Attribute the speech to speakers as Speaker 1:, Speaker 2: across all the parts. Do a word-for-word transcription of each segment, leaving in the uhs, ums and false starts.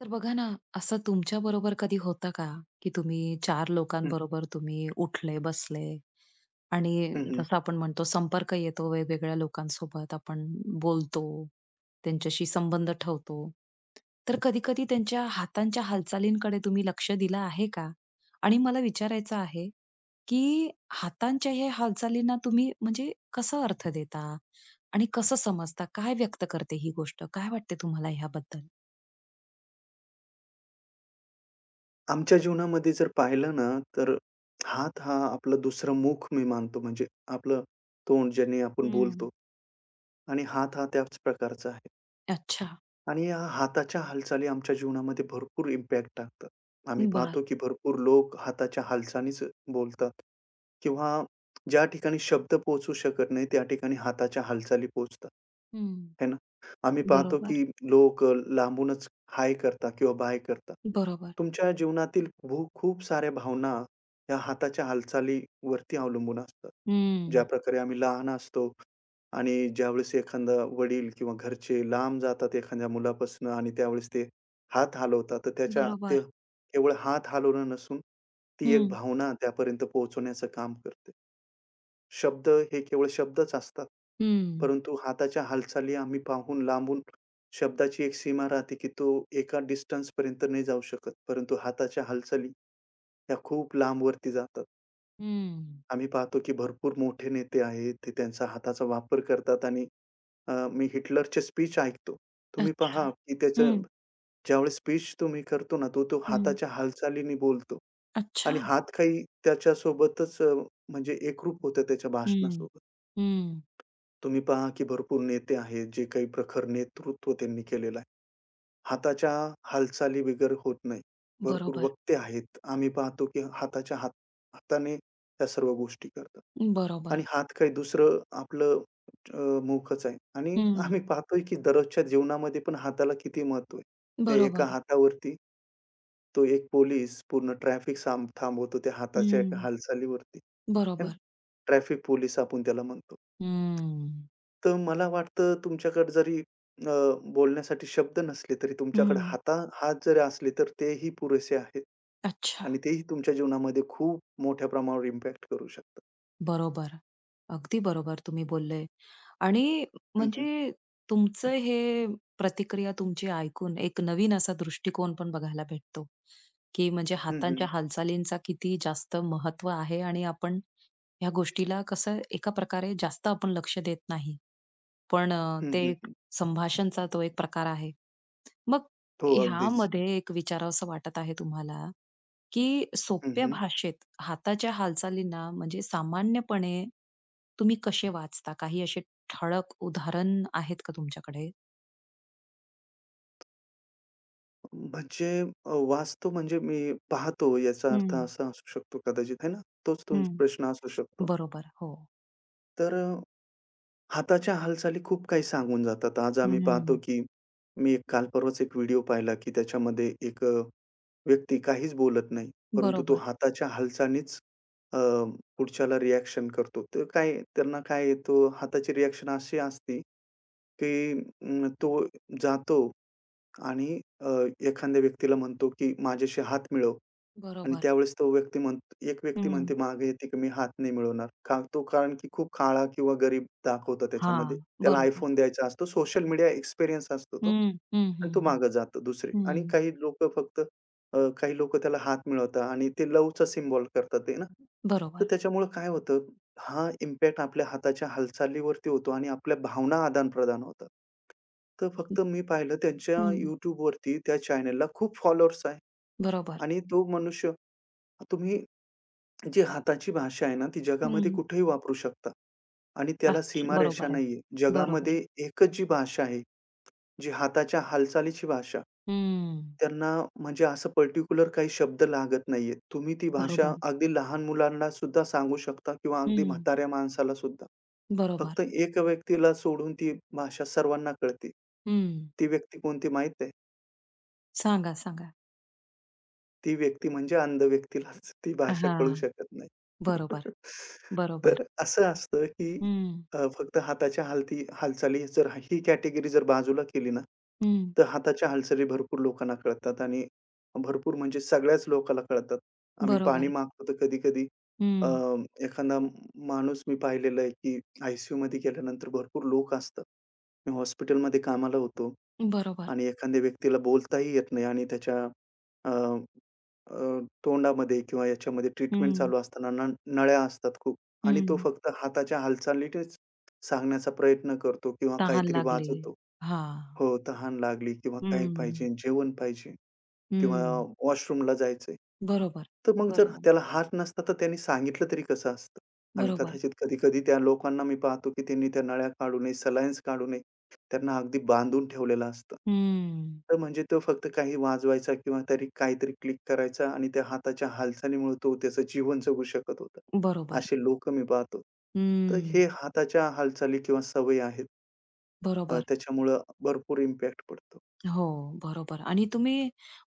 Speaker 1: तर बघा ना, असं तुमच्या बरोबर कधी होतं का, की तुम्ही 4
Speaker 2: हं,
Speaker 1: लोकांबरोबर तुम्ही उठले, बसले आणि
Speaker 2: हं, हं.
Speaker 1: जसं आपण म्हणतो संपर्क येतो वेगवेगळ्या लोकांसोबत आपण बोलतो, त्यांच्याशी संबंध ठेवतो. तर कधी-कधी त्यांच्या हातांच्या हालचालींकडे तुम्ही लक्ष दिलं आहे का? आणि मला विचारायचं आहे, की हातांच्या ह्या हालचालींना तुम्ही म्हणजे कसा अर्थ देता आणि कसं समजता? काय व्यक्त करते ही गोष्ट? काय वाटते तुम्हाला ह्याबद्दल?
Speaker 2: आमच्या जीवनामध्ये जर पाहिलं ना, तर हात हा आपलं दुसरं मुख मी मानतो. म्हणजे आपलं तोंड ज्याने आपण बोलतो आणि हात हा त्याच प्रकारचा आहे.
Speaker 1: अच्छा.
Speaker 2: आणि या हाताच्या हालचाली आमच्या जीवनामध्ये भरपूर इम्पॅक्ट टाकतात. आम्ही
Speaker 1: बर.
Speaker 2: पाहतो की भरपूर लोक हाताच्या हालचालीच बोलतात किंवा ज्या ठिकाणी शब्द पोहोचू शकत नाही, त्या ठिकाणी हाताच्या हालचाली पोहोचतात.
Speaker 1: हं.
Speaker 2: है ना? आम्ही पाहतो
Speaker 1: बरोबर,
Speaker 2: की लोक लांबूनच हाय करतात किंवा बाय करतात.
Speaker 1: बरोबर.
Speaker 2: तुमच्या जीवनातील भू खूप साऱ्या भावना या हाताच्या हालचालीवरती अवलंबून असतात.
Speaker 1: हं.
Speaker 2: ज्याप्रकारे आम्ही लहान असतो आणि ज्यावेळेस एखादा वडील किंवा घरचे लांब जातात एखाद्या मुलापासनं आणि त्यावेळेस ते हात हलवतात, तर त्याच्या ते
Speaker 1: बरोबर.
Speaker 2: केवळ हात हलवणं नसून ती एक
Speaker 1: हं,
Speaker 2: भावना त्यापर्यंत पोहोचवण्याचं काम करते. शब्द हे केवळ शब्दच असतात.
Speaker 1: हं,
Speaker 2: परंतु हाताच्या हालचाली आम्ही पाहून लांबून शब्दाची एक सीमा राहते, की तो एका डिस्टन्सपर्यंत नाही जाऊ शकत. परंतु हाताच्या हालचाली, ह्या खूप लांबवरती जातात.
Speaker 1: हं.
Speaker 2: आम्ही पाहतो की भरपूर मोठे नेते आहेत, ते त्यांच्या हाताचा वापर करतात आणि अ, मी हिटलरचे स्पीच ऐकतो. तुम्ही
Speaker 1: अच्छा.
Speaker 2: पहा की त्याच्या
Speaker 1: हं.
Speaker 2: ज्यावेळेस स्पीच तुम्ही करतो ना, तो तो
Speaker 1: हं.
Speaker 2: हाताच्या हालचालीने बोलतो आणि
Speaker 1: अच्छा.
Speaker 2: हात काही त्याच्यासोबतच अ, म्हणजे एकरूप होतं त्याच्या
Speaker 1: हं,
Speaker 2: भाषणासोबत.
Speaker 1: हं.
Speaker 2: तुम्ही पहा की भरपूर नेते आहेत, जे काही प्रखर नेतृत्व त्यांनी केलेलं आहे. हाताच्या हालचाली बिगर होत नाही. भरपूर
Speaker 1: बरोबर,
Speaker 2: वक्ते आहेत. आम्ही पाहतो की हाताच्या हात हाताने त्या सर्व गोष्टी करतात. आणि
Speaker 1: बरोबर.
Speaker 2: हात काय दुसरं आपलं अ, मुखच आहे आणि आम्ही
Speaker 1: हं.
Speaker 2: पाहतोय की दररोजच्या जीवनामध्ये पण हाताला किती महत्व आहे. त्या एका
Speaker 1: बरोबर.
Speaker 2: हातावरती तो एक पोलीस पूर्ण ट्रॅफिक साम थांबवतो त्या हाताच्या एका
Speaker 1: हं.
Speaker 2: हालचालीवरती, है ना?
Speaker 1: बरोबर.
Speaker 2: ट्रॅफिक पोलीस आपण त्याला म्हणतो.
Speaker 1: हं.
Speaker 2: तर मला वाटतं तुमच्याकडे जरी अ, बोलण्यासाठी शब्द नसले तरी तुमच्याकडे
Speaker 1: हं.
Speaker 2: हाता हात जरी असले तर तेही पुरेसे आहेत
Speaker 1: अच्छा.
Speaker 2: आणि तेही तुमच्या जीवनामध्ये खूप मोठ्या प्रमाणावर इम्पॅक्ट करू शकतात.
Speaker 1: बरोबर. अगदी बरोबर तुम्ही बोलले. आणि
Speaker 2: हं, हं.
Speaker 1: म्हणजे तुमचं हे प्रतिक्रिया तुमची ऐकून एक नवीन असा दृष्टिकोन पण बघायला भेटतो, की म्हणजे
Speaker 2: हं, हं.
Speaker 1: हातांच्या हालचालींचा किती जास्त महत्व आहे आणि आपण ह्या गोष्टीला कसं एका प्रकारे जास्त आपण लक्ष देत नाही. पण अ,
Speaker 2: हं,
Speaker 1: ते एक
Speaker 2: हं.
Speaker 1: संभाषणचा तो एक प्रकार आहे. मग
Speaker 2: हो, अगदीच.
Speaker 1: ह्यामध्ये एक विचारावसं वाटत आहे तुम्हाला, की
Speaker 2: हं,
Speaker 1: सोप्या
Speaker 2: हं.
Speaker 1: भाषेत हाताच्या हालचालींना म्हणजे सामान्यपणे तुम्ही कसे वाचता? काही असे ठळक उदाहरण आहेत का तुमच्याकडे?
Speaker 2: म्हणजे अ, वाचतो म्हणजे मी पाहतो याचा अर्थ
Speaker 1: हं,
Speaker 2: असा असू शकतो कदाचित, है ना? तोच
Speaker 1: हं.
Speaker 2: तुमचा प्रश्न असू शकतो.
Speaker 1: बरोबर. हो.
Speaker 2: तर अ, हाताच्या हालचाली खूप काही सांगून जातात. आज आम्ही पाहतो,
Speaker 1: हं.
Speaker 2: की मी एक काल परवाच एक व्हिडिओ पाहिला, की त्याच्यामध्ये एक अ, व्यक्ती काहीच बोलत नाही, परंतु तो
Speaker 1: बरोबर,
Speaker 2: हाताच्या हालचालीच अ, पुढच्याला रिएक्शन करतो. तर काय त्यांना काय आहे, हाताची रिएक्शन अशी असते, की अं, तो जातो आणि अ, एखाद्या व्यक्तीला म्हणतो, की "माझ्याशी हात मिळव" आणि
Speaker 1: बरोबर.
Speaker 2: त्यावेळेस तो व्यक्ती म्हण एक व्यक्ती
Speaker 1: हं.
Speaker 2: म्हणते मागे येते, की "मी हात नाही मिळवणार." का तो कारण की खूप काळा किंवा गरीब दाखवतो त्याच्यामध्ये.
Speaker 1: हां,
Speaker 2: त्याला
Speaker 1: बरोबर.
Speaker 2: iPhone द्यायचा असतो. सोशल मीडिया एक्सपिरियन्स असतो तो
Speaker 1: हं, हं,
Speaker 2: आणि
Speaker 1: हं,
Speaker 2: तो
Speaker 1: हं.
Speaker 2: मागे जातो दुसरे आणि काही लोकं फक्त अ, काही लोकं त्याला हात मिळवतात आणि ते लव्हचा सिम्बॉल करतात ते ना. तर
Speaker 1: बरोबर.
Speaker 2: त्याच्यामुळं काय होतं हा इम्पॅक्ट आपल्या हाताच्या हालचालीवरती होतो आणि आपल्या भावना आदान-प्रदान होतात. तर
Speaker 1: हं.
Speaker 2: फक्त मी पाहिलं त्यांच्या YouTubeवरती त्या चॅनलला खूप फॉलोअर्स आहे
Speaker 1: बरोबर.
Speaker 2: आणि तो मनुष्य तुम्ही जी हाताची भाषा आहे ना, ती जगामध्ये
Speaker 1: हं.
Speaker 2: कुठेही वापरू शकता आणि त्याला
Speaker 1: अच्छा.
Speaker 2: सीमारेषा
Speaker 1: बरोबर आहे.
Speaker 2: नाहीये. जगामध्ये
Speaker 1: बरोबर.
Speaker 2: एकच जी भाषा आहे, जी हाताच्या हालचालीची भाषा.
Speaker 1: हं.
Speaker 2: त्यांना म्हणजे असं पर्टिक्युलर काही शब्द लागत नाहीयेत. तुम्ही ती भाषा
Speaker 1: बरोबर.
Speaker 2: अगदी लहान मुलांना सुद्धा सांगू शकता किंवा अगदी
Speaker 1: हं.
Speaker 2: म्हाताऱ्या माणसाला सुद्धा. फक्त
Speaker 1: बरोबर.
Speaker 2: एक व्यक्तीला सोडून ती भाषा सर्वांना कळते.
Speaker 1: हं.
Speaker 2: ती व्यक्ती कोणती माहीत आहे?
Speaker 1: सांगा, सांगा.
Speaker 2: ती व्यक्ती म्हणजे अंध व्यक्तीलाच ती भाषा कळू
Speaker 1: हां.
Speaker 2: शकत नाही.
Speaker 1: बरोबर.
Speaker 2: तर
Speaker 1: बरोबर.
Speaker 2: असं असतं, की
Speaker 1: हं,
Speaker 2: अ, फक्त हाताच्या हालती हालचाली जर ही कॅटेगरी जर बाजूला केली ना
Speaker 1: हं.
Speaker 2: तर हाताच्या हालचाली भरपूर लोकांना कळतात आणि भरपूर म्हणजे सगळ्याच लोकाला कळतात. आम्ही पाणी
Speaker 1: बरोबर.
Speaker 2: मागतो तर कधी-कधी अ,
Speaker 1: हं,
Speaker 2: एखादा माणूस मी पाहिलेला आहे, की आय सी गेल्यानंतर भरपूर लोक असतात. मी हॉस्पिटलमध्ये कामाला होतो
Speaker 1: बरोबर.
Speaker 2: आणि एखाद्या व्यक्तीला बोलताही येत नाही आणि त्याच्या अ, अ, तोंडामध्ये किंवा याच्यामध्ये ट्रीटमेंट
Speaker 1: हं,
Speaker 2: चालू असताना न नळ्या असतात खूप आणि तो
Speaker 1: हं.
Speaker 2: फक्त हाताच्या हालचालीनेच सांगण्याचा प्रयत्न करतो किंवा
Speaker 1: तहान
Speaker 2: काहीतरी
Speaker 1: लागली.
Speaker 2: वाचवतो.
Speaker 1: हां.
Speaker 2: हो, तहान लागली किंवा काय पाहिजे,
Speaker 1: हं,
Speaker 2: जेवण पाहिजे किंवा
Speaker 1: हं.
Speaker 2: वॉशरूमला जायचंय.
Speaker 1: बरोबर,
Speaker 2: तर मग जर
Speaker 1: बरोबर,
Speaker 2: त्याला हात नसता, तर त्यांनी सांगितलं तरी कसं असतं? आणि
Speaker 1: बरोबर.
Speaker 2: कदाचित कधी-कधी त्या लोकांना मी पाहतो, की त्यांनी त्या नळ्या काढू नये, सलाईन्स काढू नये. त्यांना अगदी बांधून ठेवलेलं असतं.
Speaker 1: हं.
Speaker 2: तर म्हणजे तो फक्त काही वाजवायचा किंवा तरी काहीतरी क्लिक करायचा आणि त्या हाताच्या हालचालीमुळे तो त्याचं जीवन जगू शकत होता.
Speaker 1: बरोबर.
Speaker 2: असे लोक मी पाहतो. तर
Speaker 1: हं.
Speaker 2: हे हाताच्या हालचाली किंवा सवयी आहेत. अ,
Speaker 1: बरोबर.
Speaker 2: त्याच्यामुळं भरपूर इम्पॅक्ट पडतो.
Speaker 1: हो, बरोबर. आणि तुम्ही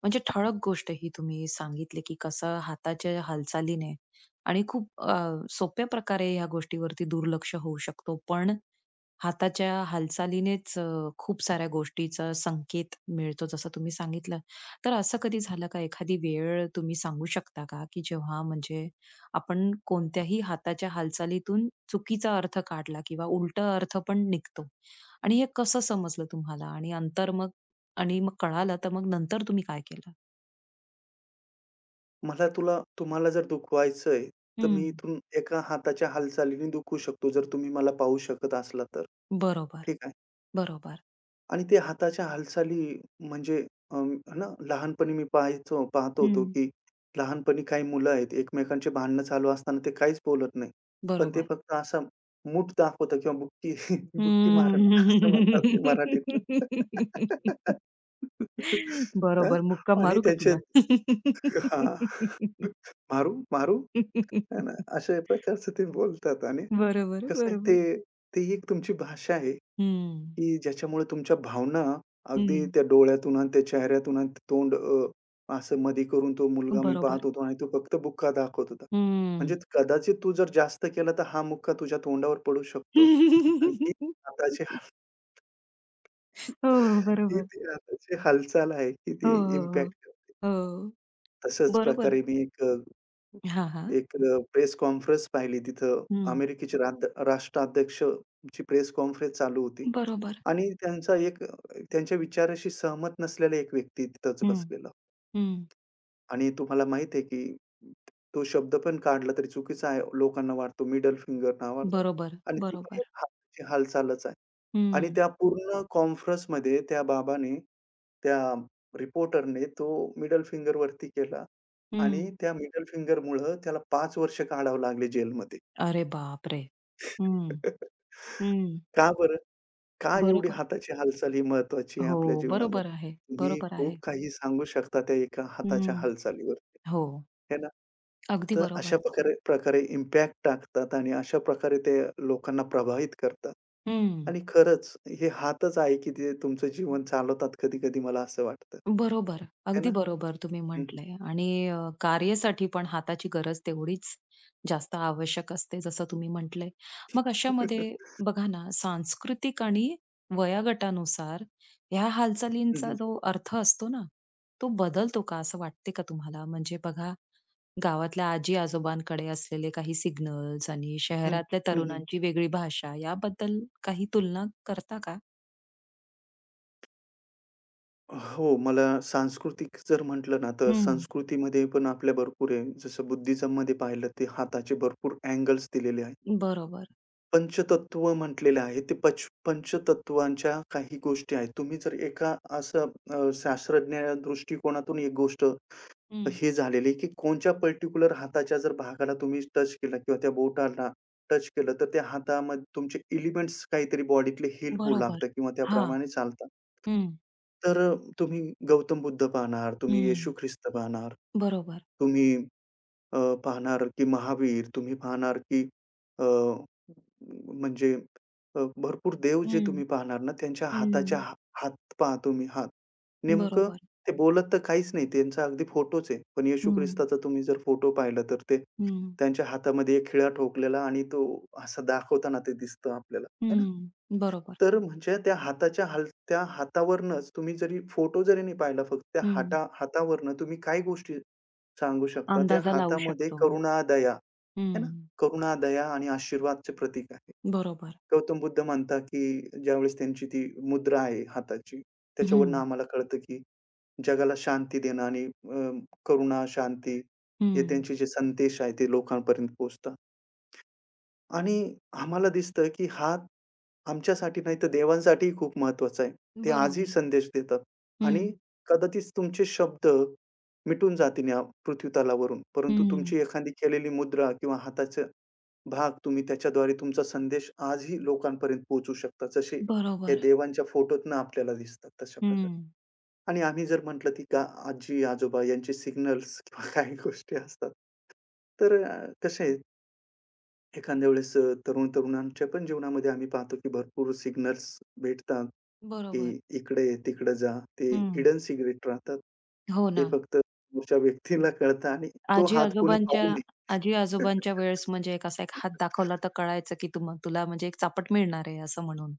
Speaker 1: म्हणजे ठळक गोष्ट ही तुम्ही सांगितली, की कसं हाताच्या हालचालीने आणि खूप अ, सोप्या प्रकारे ह्या गोष्टीवरती दुर्लक्ष होऊ शकतो. पण हाताच्या हालचालीनेच अ, खूप साऱ्या गोष्टीचा संकेत मिळतो, जसं तुम्ही सांगितलं. तर असं कधी झालं का, एखादी वेळ तुम्ही सांगू शकता का, की जेव्हा म्हणजे आपण कोणत्याही हाताच्या हालचालीतून चुकीचा अर्थ काढला किंवा उलटा अर्थ पण निघतो आणि हे कसं समजलं तुम्हाला आणि अंतर मग आणि मग कळालं, तर मग नंतर तुम्ही काय केलं?
Speaker 2: मला तुला तुम्हाला जर दुखवायचंय, तर
Speaker 1: हं.
Speaker 2: मी इथून एका हाताच्या हालचालीने दुखवू शकतो, जर तुम्ही मला पाहू शकत असला तर.
Speaker 1: बरोबर,
Speaker 2: ठीक आहे.
Speaker 1: बरोबर,
Speaker 2: आणि ते हाताच्या हालचाली म्हणजे अं, है ना, लहानपणी मी पाहायचो पाहत होतो,
Speaker 1: हं.
Speaker 2: की लहानपणी काही मुलं आहेत, एकमेकांचे भांडणं चालू असताना ते काहीच बोलत नाही. पण ते
Speaker 1: बरोबर.
Speaker 2: फक्त असं मूठ दाखवतं किंवा बुक्की बुक्की मारण असं म्हणतात
Speaker 1: हम्म.
Speaker 2: ते मराठीतनं. अ,
Speaker 1: बरोबर. मुक्का
Speaker 2: आणि
Speaker 1: मारू का
Speaker 2: त्याचे
Speaker 1: तुला?
Speaker 2: हां, मारू, मारू है ना, अशा प्रकारचं ते बोलतात आणि
Speaker 1: बरोबर,
Speaker 2: कसं आहे
Speaker 1: बरोबर.
Speaker 2: ते, ती एक तुमची भाषा आहे.
Speaker 1: हं,
Speaker 2: की ज्याच्यामुळे तुमच्या भावना अगदी
Speaker 1: हं.
Speaker 2: त्या डोळ्यातून आणि त्या चेहऱ्यातून आणि ते तोंड अ, असं मधी करून तो मुलगा मी
Speaker 1: बरोबर.
Speaker 2: पाहत होतो आणि तो फक्त बुक्का दाखवत होता.
Speaker 1: हं.
Speaker 2: म्हणजे कदाचित तू जर जास्त केला तर हा मुक्का तुझ्या तोंडावर पडू शकतो. आणि ही हाताची
Speaker 1: हो,
Speaker 2: ही
Speaker 1: बरोबर.
Speaker 2: ती हाताची हालचाल आहे की
Speaker 1: हो,
Speaker 2: ती
Speaker 1: हो, हो,
Speaker 2: इम्पॅक्ट करते.
Speaker 1: हो.
Speaker 2: तशाच
Speaker 1: बरोबर.
Speaker 2: प्रकारे मी एक अ,
Speaker 1: हां, हां.
Speaker 2: एक अ, प्रेस कॉन्फरन्स पाहिली तिथं
Speaker 1: हं.
Speaker 2: अमेरिकेचे राद राष्ट्राध्यक्षाची प्रेस कॉन्फरन्स चालू होती.
Speaker 1: बरोबर.
Speaker 2: आणि त्यांचा एक अ, त्यांच्या विचाराशी सहमत नसलेला एक व्यक्ती तिथंच
Speaker 1: हं.
Speaker 2: बसलेला
Speaker 1: हं.
Speaker 2: आणि तुम्हाला माहीत आहे, की तो शब्द पण काढला तरी चुकीचा आहे. लोकांना वाटतो मिडल फिंगर नावाचा
Speaker 1: बरोबर,
Speaker 2: आणि ती पण एक
Speaker 1: बरोबर.
Speaker 2: हाताची हालचालच आहे. आणि
Speaker 1: हं,
Speaker 2: त्या पूर्ण कॉन्फरन्समध्ये त्या बाबाने, त्या रिपोर्टरने तो मिडल फिंगर वरती केला आणि
Speaker 1: हं.
Speaker 2: त्या मिडल फिंगरमुळं त्याला पाच वर्ष काढावं लागले जेलमध्ये.
Speaker 1: अरे बापरे! हं, हं.
Speaker 2: का बरं? का एवढी
Speaker 1: बरोबर.
Speaker 2: हाताची हालचाल ही महत्वाची आहे
Speaker 1: हो,
Speaker 2: आपल्या
Speaker 1: बरोबर
Speaker 2: जीवनामध्ये?
Speaker 1: आहे.
Speaker 2: तुम्ही
Speaker 1: बरोबर
Speaker 2: खूप
Speaker 1: आहे.
Speaker 2: काही सांगू शकता त्या एका हाताच्या
Speaker 1: हं.
Speaker 2: हालचालीवरती,
Speaker 1: हो,
Speaker 2: है ना?
Speaker 1: अगदी
Speaker 2: तर
Speaker 1: बरोबर.
Speaker 2: अशा प्रकारे प्रकारे इम्पॅक्ट टाकतात आणि अशा प्रकारे ते लोकांना प्रभावित करतात.
Speaker 1: हं.
Speaker 2: आणि खरंच हे हातच आहे, की ते तुमचं जीवन चालवतात कधी-कधी मला असं वाटतं.
Speaker 1: बरोबर.
Speaker 2: है ना?
Speaker 1: अगदी बरोबर तुम्ही
Speaker 2: हं, हं.
Speaker 1: म्हटलंय आणि अ, कार्यासाठी पण हाताची गरज तेवढीच जास्त आवश्यक असते, जसं तुम्ही म्हटलंय. मग
Speaker 2: हं,
Speaker 1: अशामध्ये
Speaker 2: हं.
Speaker 1: बघा ना, सांस्कृतिक आणि वयोगटानुसार ह्या हालचालींचा जो अर्थ असतो ना, तो बदलतो का? असं वाटते का तुम्हाला? म्हणजे बघा गावातल्या आजी-आजोबांकडे असलेले काही सिग्नल्स आणि शहरातल्या तरुणांची वेगळी भाषा याबद्दल काही तुलना करता का?
Speaker 2: हो, मला सांस्कृतिक जर म्हटलं ना, तर
Speaker 1: हं.
Speaker 2: संस्कृतीमध्ये पण आपल्या भरपूर आहे. जसं बुद्धिझममध्ये पाहिलं ते हाताचे भरपूर अँगल्स दिलेले आहेत.
Speaker 1: बरोबर.
Speaker 2: पंचतत्व म्हटलेले आहे. ते पच पंचतत्वांच्या काही गोष्टी आहेत. तुम्ही जर एका असं अ, शास्त्रज्ञ दृष्टिकोनातून एक गोष्ट
Speaker 1: हं.
Speaker 2: हे झालेली आहे, की कोणत्या पर्टिक्युलर हाताच्या जर भागाला तुम्ही टच केला किंवा त्या बोटाला टच केलं, तर त्या हातामध्ये तुमचे एलिमेंट्स काहीतरी बॉडीतले हील होऊ
Speaker 1: बरोबर.
Speaker 2: लागतात किंवा
Speaker 1: हां.
Speaker 2: त्याप्रमाणे चालतात.
Speaker 1: हं,
Speaker 2: तर अ, तुम्ही गौतम बुद्ध पाहणार, तुम्ही येशू
Speaker 1: हं.
Speaker 2: ख्रिस्त पाहणार,
Speaker 1: बरोबर.
Speaker 2: तुम्ही अ, पाहणार की महावीर, तुम्ही पाहणार की अ, म्हणजे अ, भरपूर देव जे तुम्ही
Speaker 1: हं,
Speaker 2: पाहणार ना, त्यांच्या हाताच्या
Speaker 1: हं.
Speaker 2: हा हात पहा तुम्ही हात. नेमकं
Speaker 1: बरोबर.
Speaker 2: ते बोलत तर काहीच नाही, त्यांचा अगदी फोटोच आहे. पण येशू
Speaker 1: हं,
Speaker 2: ख्रिस्ताचा तुम्ही जर फोटो पाहिला तर ते
Speaker 1: हं,
Speaker 2: त्यांच्या हातामध्ये एक खिळा ठोकलेला आणि तो असा दाखवताना ते दिसतं आपल्याला, है ना?
Speaker 1: हं. बरोबर.
Speaker 2: तर म्हणजे त्या हाताच्या हाल त्या हातावरूनच तुम्ही जरी फोटो जरी नाही पाहिला फक्त त्या
Speaker 1: हं.
Speaker 2: हाता हातावरून तुम्ही काय गोष्टी सांगू शकता? त्या
Speaker 1: अंदाजा लावू
Speaker 2: हातामध्ये
Speaker 1: शकतो.
Speaker 2: करुणा, दया, है ना?
Speaker 1: हं.
Speaker 2: करुणा, दया आणि आशीर्वादचे प्रतीक आहे.
Speaker 1: बरोबर.
Speaker 2: गौतम बुद्ध म्हणतात, की ज्यावेळेस त्यांची ती मुद्रा आहे हाताची,
Speaker 1: हं,
Speaker 2: त्याच्यावरून आम्हाला कळतं, की जगाला शांती देणं आणि अ, करुणा, शांती हे
Speaker 1: हं.
Speaker 2: त्यांचे जे संदेश आहे ते लोकांपर्यंत पोहोचतात. आणि आम्हाला दिसतं, की हा आमच्यासाठी नाही तर देवांसाठीही खूप महत्वाचा आहे. ते आजही
Speaker 1: बरोबर.
Speaker 2: संदेश देतात
Speaker 1: हं,
Speaker 2: आणि कदाचित तुमचे शब्द मिटून जातील या पृथ्वीतलावरून, परंतु तुमची
Speaker 1: हं.
Speaker 2: एखादी केलेली मुद्रा किंवा हाताचा भाग तुम्ही त्याच्याद्वारे तुमचा संदेश आजही लोकांपर्यंत पोहोचू शकता. जसे हे
Speaker 1: बरोबर.
Speaker 2: देवांच्या फोटोतनं आपल्याला दिसतात तशा प्रकारे.
Speaker 1: हं.
Speaker 2: आणि आम्ही जर म्हटलं, की का आजी-आजोबा यांचे सिग्नल्स किंवा काही गोष्टी असतात. तर अ, कसे एखाद्या वेळेस अ, तरुण-तरुणांच्या पण जीवनामध्ये आम्ही पाहतो, की भरपूर सिग्नल्स भेटतात,
Speaker 1: बरोबर.
Speaker 2: की इकडे, ये, तिकडे जा. ते
Speaker 1: हं.
Speaker 2: हिडन सिक्रेट राहतात.
Speaker 1: हो ना.
Speaker 2: ते फक्त समोरच्या व्यक्तीला कळतं आणि तो हात कोणी
Speaker 1: आजी-आजोबांच्या
Speaker 2: पाहू नये.
Speaker 1: आजी-आजोबांच्या वेळेस म्हणजे एक असा एक हात दाखवला तर कळायचं, की तुम तुला म्हणजे एक चापट मिळणार आहे असं म्हणून.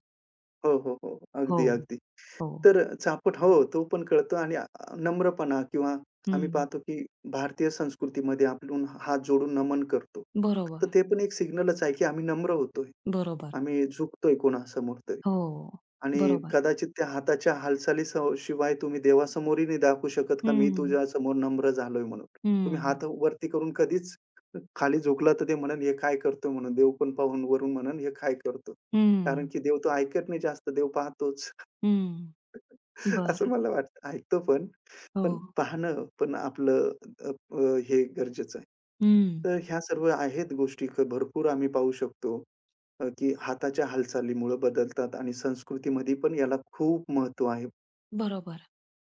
Speaker 2: हो, हो, हो.
Speaker 1: हो,
Speaker 2: अगदी, अगदी.
Speaker 1: हो.
Speaker 2: तर अ, चापट हो, तो पण कळतो आणि अ, नम्रपणा किंवा आम्ही
Speaker 1: हं.
Speaker 2: पाहतो, की भारतीय संस्कृतीमध्ये आपण हात जोडून नमन करतो.
Speaker 1: बरोबर,
Speaker 2: तर ते पण एक सिग्नलच आहे, की आम्ही नम्र होतोय.
Speaker 1: बरोबर.
Speaker 2: आम्ही झुकतोय कोणासमोर तरी.
Speaker 1: हो,
Speaker 2: आणि
Speaker 1: बरोबर.
Speaker 2: कदाचित त्या हाताच्या हालचाली स शिवाय तुम्ही देवासमोरही नाही दाखवू शकत का, "मी
Speaker 1: हं,
Speaker 2: तुझ्यासमोर नम्र झालोय" म्हणून. तुम्ही
Speaker 1: हं,
Speaker 2: हात वरती करून कधीच खाली झुकला तर ते म्हणेल, "हे काय करतोय?" म्हणून. देव पण पाहून वरून म्हणेल, "हे काय करतो?" कारण
Speaker 1: हं,
Speaker 2: की देव तो ऐकत नाही जास्त, देव पाहतोच.
Speaker 1: हं.
Speaker 2: असं
Speaker 1: बरं.
Speaker 2: मला वाटतं. ऐकतो पण,
Speaker 1: हो.
Speaker 2: पण पाहणं पण आपलं अ, अ, हे गरजेचं आहे.
Speaker 1: हं.
Speaker 2: तर ह्या सर्व आहेत गोष्टी क- भरपूर आम्ही पाहू शकतो, अ, की हाताच्या हालचालीमुळे बदलतात आणि संस्कृतीमध्ये पण याला खूप महत्त्व आहे.
Speaker 1: बरोबर,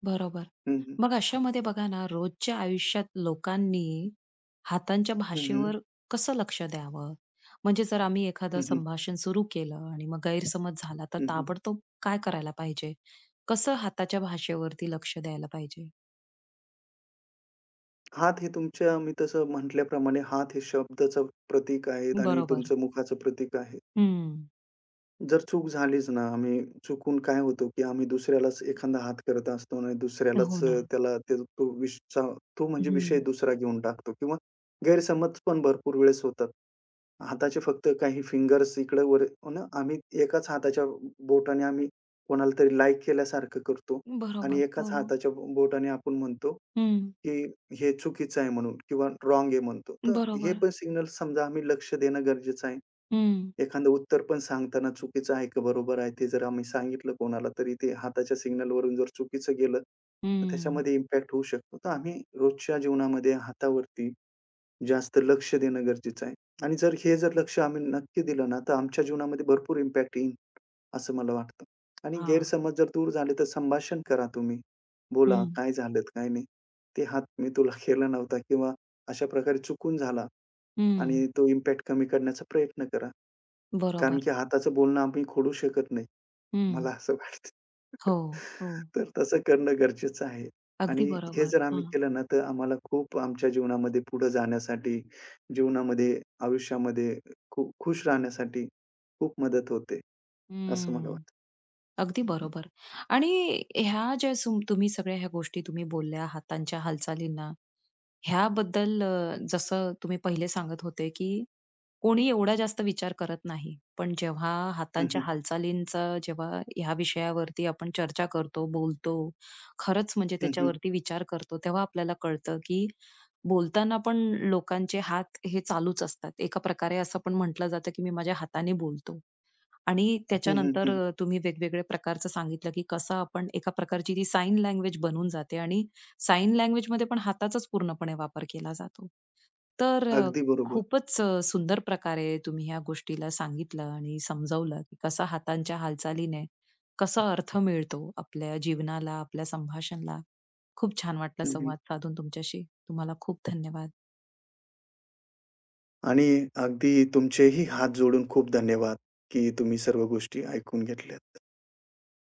Speaker 1: बरोबर.
Speaker 2: हं, हं.
Speaker 1: मग अशामध्ये बघा ना, रोजच्या आयुष्यात लोकांनी हातांच्या
Speaker 2: हं, हं.
Speaker 1: भाषेवर कसं लक्ष द्यावं? म्हणजे जर आम्ही एखादं
Speaker 2: हं, हं.
Speaker 1: संभाषण सुरू केलं आणि मग गैरसमज झाला, तर
Speaker 2: हं, हं.
Speaker 1: ताबडतोब काय करायला पाहिजे? कसं हाताच्या भाषेवरती लक्ष द्यायला पाहिजे?
Speaker 2: हात हे तुमच्या मी तसं म्हटल्याप्रमाणे हात हे शब्दाचं प्रतीक आहेत आणि
Speaker 1: बरोबर.
Speaker 2: तुमचं मुखाचं प्रतीक आहे.
Speaker 1: हं.
Speaker 2: जर चूक झालीच ना, आम्ही चुकून काय होतो, की आम्ही दुसऱ्यालाच एखादा हात करत असतो आणि दुसऱ्यालाच
Speaker 1: हो ना.
Speaker 2: अ, त्याला ते तो विषचा तो म्हणजे विषय
Speaker 1: हं.
Speaker 2: दुसरा घेऊन टाकतो किंवा गैरसमज पण भरपूर वेळेस होतात. हाताचे फक्त काही फिंगर्स इकडं वर हो ना, आम्ही एकाच हाताच्या बोटाने आम्ही कोणाला तरी लाइक केल्यासारखं करतो आणि
Speaker 1: बरोबर. हो.
Speaker 2: एकाच हाताच्या बो- बोटाने आपण म्हणतो
Speaker 1: हं.
Speaker 2: की हे चुकीचं आहे म्हणून किंवा रॉंग आहे म्हणतो. तर हे
Speaker 1: बरोबर.
Speaker 2: पण सिग्नल समजा आम्ही लक्ष देणं गरजेचं आहे.
Speaker 1: हं.
Speaker 2: एखादं उत्तर पण सांगताना चुकीचं आहे का बरोबर आहे ते जर आम्ही सांगितलं कोणाला तरी ते हाताच्या सिग्नलवरून जर चुकीचं गेलं, तर
Speaker 1: हं.
Speaker 2: त्याच्यामध्ये इम्पॅक्ट होऊ शकतो. तर आम्ही रोजच्या जीवनामध्ये हातावरती जास्त लक्ष देणं गरजेचं आहे आणि जर हे जर लक्ष आम्ही नक्की दिलं ना, तर आमच्या जीवनामध्ये भरपूर इम्पॅक्ट येईल. असं मला वाटतं. आणि
Speaker 1: हां.
Speaker 2: गैरसमज जर दूर झाले, तर संभाषण करा तुम्ही. बोला,
Speaker 1: हं.
Speaker 2: काय झालं, काय नाही. ते हात मी तुला केला नव्हता किंवा अशा प्रकारे चुकून झाला
Speaker 1: हं.
Speaker 2: आणि तो इम्पॅक्ट कमी करण्याचा प्रयत्न करा. कारण
Speaker 1: बरोबर.
Speaker 2: की हाताचं बोलणं आम्ही खोडू शकत नाही.
Speaker 1: हं.
Speaker 2: मला असं वाटतं.
Speaker 1: हो, हो.
Speaker 2: तर तसं करणं गरजेचं आहे.
Speaker 1: अगदी
Speaker 2: आणि हे
Speaker 1: बरोबर.
Speaker 2: जर आम्ही
Speaker 1: हां.
Speaker 2: केलं ना, तर आम्हाला खूप आमच्या जीवनामध्ये पुढे जाण्यासाठी, जीवनामध्ये, आयुष्यामध्ये खूप खुश राहण्यासाठी खूप मदत होते, असं मला
Speaker 1: हं.
Speaker 2: वाटतं.
Speaker 1: अगदी बरोबर. आणि ह्या ज्या सुम तुम्ही सगळ्या ह्या गोष्टी तुम्ही बोलल्या, हातांच्या हालचालींना, ह्याबद्दल अ, जसं तुम्ही पहिले सांगत होते, की कोणी एवढा जास्त विचार करत नाही. पण जेव्हा
Speaker 2: हं,
Speaker 1: हातांच्या
Speaker 2: हं.
Speaker 1: हालचालींचा जेव्हा ह्या विषयावरती आपण चर्चा करतो, बोलतो, खरंच म्हणजे
Speaker 2: हं, हं.
Speaker 1: त्याच्यावरती विचार करतो, तेव्हा आपल्याला कळतं, की बोलताना पण लोकांचे हात हे चालूच असतात. एका प्रकारे असं पण म्हटलं जातं, की मी माझ्या हाताने बोलतो. आणि
Speaker 2: हं, हं,
Speaker 1: त्याच्यानंतर
Speaker 2: हं.
Speaker 1: अ, तुम्ही वेगवेगळ्या प्रकारचं सांगितलं, की कसं आपण एका प्रकारची ती साइन लँग्वेज बनून जाते आणि साइन लँग्वेजमध्ये पण हाताचाच पूर्णपणे वापर केला जातो. तर अ,
Speaker 2: अगदी बरोबर.
Speaker 1: खूपच अ, सुंदर प्रकारे तुम्ही ह्या गोष्टीला सांगितलं आणि समजावलं, की कसा हातांच्या हालचालीने कसा अर्थ मिळतो आपल्या जीवनाला, आपल्या संभाषणाला. खूप छान वाटलं
Speaker 2: हं, हं.
Speaker 1: संवाद साधून तुमच्याशी. तुम्हाला खूप धन्यवाद.
Speaker 2: आणि अगदी तुमचेही हात जोडून खूप धन्यवाद, की तुम्ही सर्व गोष्टी ऐकून घेतल्यात.